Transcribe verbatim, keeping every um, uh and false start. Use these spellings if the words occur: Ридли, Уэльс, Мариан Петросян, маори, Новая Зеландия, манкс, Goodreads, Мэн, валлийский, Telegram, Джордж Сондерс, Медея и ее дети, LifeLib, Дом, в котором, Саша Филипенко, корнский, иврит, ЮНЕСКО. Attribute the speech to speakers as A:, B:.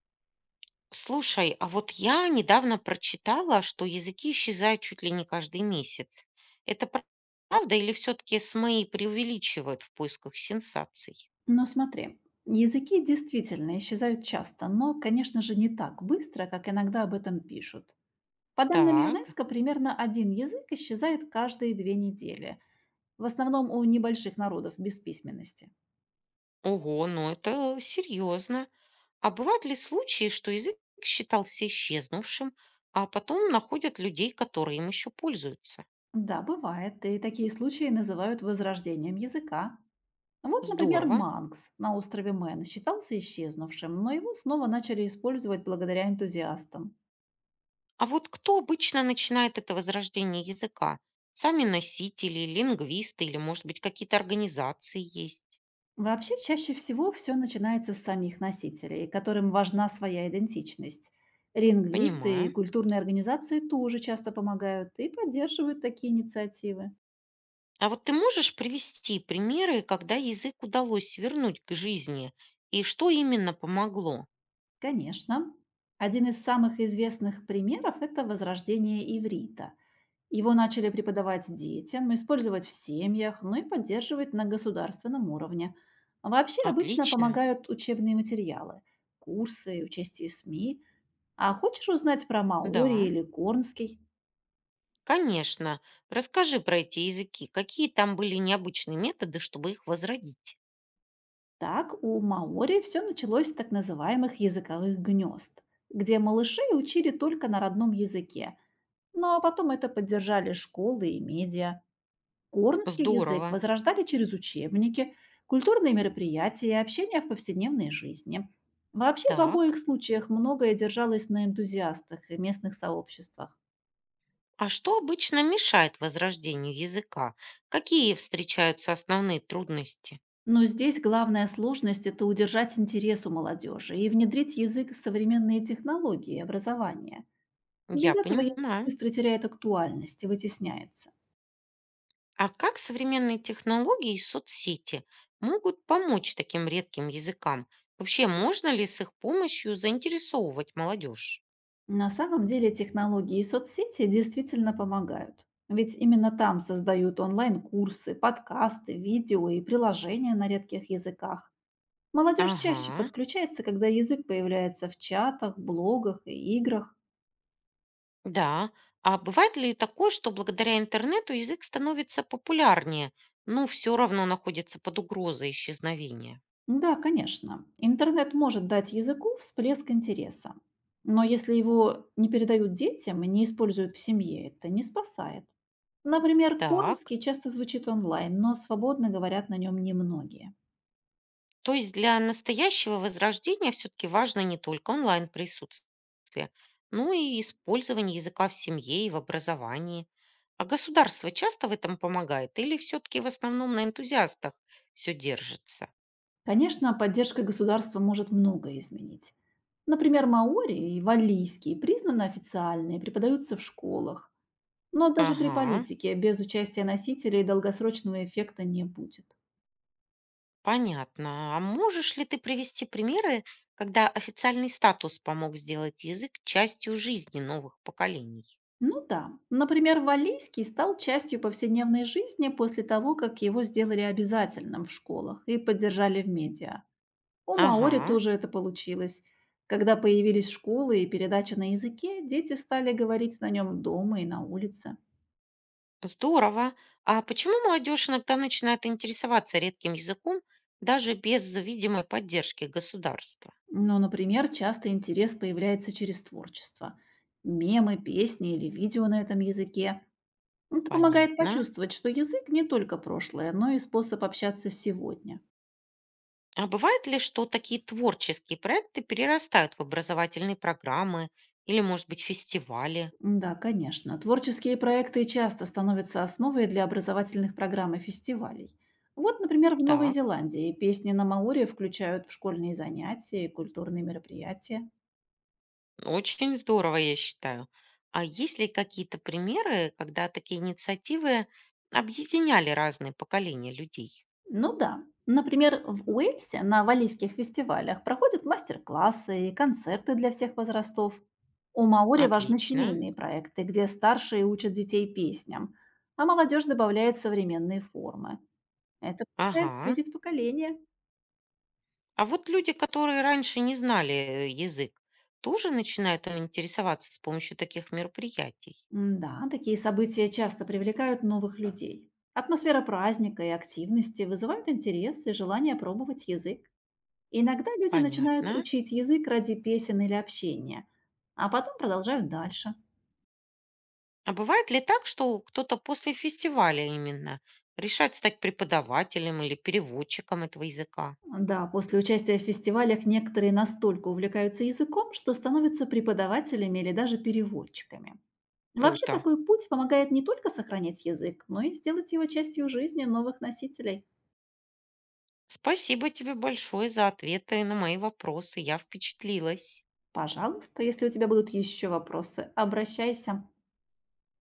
A: Слушай, а вот я недавно прочитала, что языки исчезают чуть ли не каждый месяц. Это пра- правда или все-таки СМИ преувеличивают в поисках сенсаций?
B: Но смотри, языки действительно исчезают часто, но, конечно же, не так быстро, как иногда об этом пишут. По данным
A: Так,
B: ЮНЕСКО, примерно один язык исчезает каждые две недели, в основном у небольших народов без письменности.
A: ого, ну это серьезно. А бывают ли случаи, что язык считался исчезнувшим, а потом находят людей, которые им еще пользуются?
B: Да, бывает, и такие случаи называют возрождением языка. Вот, например,
A: Здорово.
B: манкс на острове Мэн считался исчезнувшим, но его снова начали использовать благодаря энтузиастам.
A: А вот кто обычно начинает это возрождение языка? Сами носители, лингвисты или, может быть, какие-то организации есть?
B: Вообще, чаще всего все начинается с самих носителей, которым важна своя идентичность. Лингвисты и
A: Понимаю.
B: культурные организации тоже часто помогают и поддерживают такие инициативы.
A: А вот ты можешь привести примеры, когда язык удалось вернуть к жизни, и что именно помогло?
B: Конечно. Один из самых известных примеров — это возрождение иврита. Его начали преподавать детям, использовать в семьях, ну и поддерживать на государственном уровне. Вообще обычно
A: Отлично.
B: помогают учебные материалы, курсы, участие С М И. А хочешь узнать про маори
A: Да,
B: или корнский?
A: конечно. Расскажи про эти языки. Какие там были необычные методы, чтобы их возродить?
B: Так у маори все началось с так называемых языковых гнезд, где малышей учили только на родном языке, ну а потом это поддержали школы и медиа. Корнский язык
A: Здорово.
B: возрождали через учебники, культурные мероприятия и общение в повседневной жизни. Вообще в обоих
A: Так.
B: случаях многое держалось на энтузиастах и местных сообществах.
A: А что обычно мешает возрождению языка? Какие встречаются основные трудности?
B: Но здесь главная сложность — это удержать интерес у молодежи и внедрить язык в современные технологии образования.
A: Я
B: Без этого язык
A: понимаю.
B: быстро теряет актуальность и вытесняется.
A: А как современные технологии и соцсети могут помочь таким редким языкам? Вообще, можно ли с их помощью заинтересовывать молодежь?
B: На самом деле технологии и соцсети действительно помогают. Ведь именно там создают онлайн-курсы, подкасты, видео и приложения на редких языках. Молодежь чаще
A: Ага,
B: подключается, когда язык появляется в чатах, блогах и играх.
A: да. А бывает ли такое, что благодаря интернету язык становится популярнее, но все равно находится под угрозой исчезновения?
B: Да, конечно. Интернет может дать языку всплеск интереса. Но если его не передают детям и не используют в семье, это не спасает. Например,
A: Так.
B: корнский часто звучит онлайн, но свободно говорят на нем немногие.
A: То есть для настоящего возрождения все-таки важно не только онлайн-присутствие, но и использование языка в семье и в образовании. А государство часто в этом помогает или все-таки в основном на энтузиастах все держится?
B: Конечно, поддержка государства может многое изменить. Например, маори и валлийские признаны официальные, преподаются в школах. Но даже при
A: Ага,
B: политике без участия носителей долгосрочного эффекта не будет.
A: понятно. А можешь ли ты привести примеры, когда официальный статус помог сделать язык частью жизни новых поколений?
B: Ну да. Например, валийский стал частью повседневной жизни после того, как его сделали обязательным в школах и поддержали в медиа. У маори
A: Ага.
B: тоже это получилось. Когда появились школы и передачи на языке, дети стали говорить на нем дома и на улице.
A: Здорово. А почему молодежь иногда начинает интересоваться редким языком даже без видимой поддержки государства?
B: Но, например, часто интерес появляется через творчество. Мемы, песни или видео на этом языке. Это помогает
A: Понятно.
B: почувствовать, что язык не только прошлое, но и способ общаться сегодня.
A: А бывает ли, что такие творческие проекты перерастают в образовательные программы или, может быть, фестивали?
B: Да, конечно. Творческие проекты часто становятся основой для образовательных программ и фестивалей. Вот, например, в Новой
A: Так,
B: Зеландии песни на маоре включают в школьные занятия и культурные мероприятия.
A: очень здорово, я считаю. А есть ли какие-то примеры, когда такие инициативы объединяли разные поколения людей?
B: Ну да, например, в Уэльсе на валийских фестивалях проходят мастер-классы и концерты для всех возрастов. У маори важны
A: Отлично.
B: семейные проекты, где старшие учат детей песням, а молодежь добавляет современные формы. Это помогает
A: Ага.
B: сблизить поколение.
A: А вот люди, которые раньше не знали э, язык, тоже начинают им интересоваться с помощью таких мероприятий.
B: М-да, такие события часто привлекают новых людей. Атмосфера праздника и активности вызывают интерес и желание пробовать язык. Иногда люди начинают
A: Понятно.
B: учить язык ради песен или общения, а потом продолжают дальше.
A: А бывает ли так, что кто-то после фестиваля именно решает стать преподавателем или переводчиком этого языка?
B: Да, после участия в фестивалях некоторые настолько увлекаются языком, что становятся преподавателями или даже переводчиками. Вообще
A: Круто.
B: такой путь помогает не только сохранять язык, но и сделать его частью жизни новых носителей.
A: Спасибо тебе большое за ответы на мои вопросы. Я впечатлилась.
B: Пожалуйста, если у тебя будут еще вопросы, обращайся.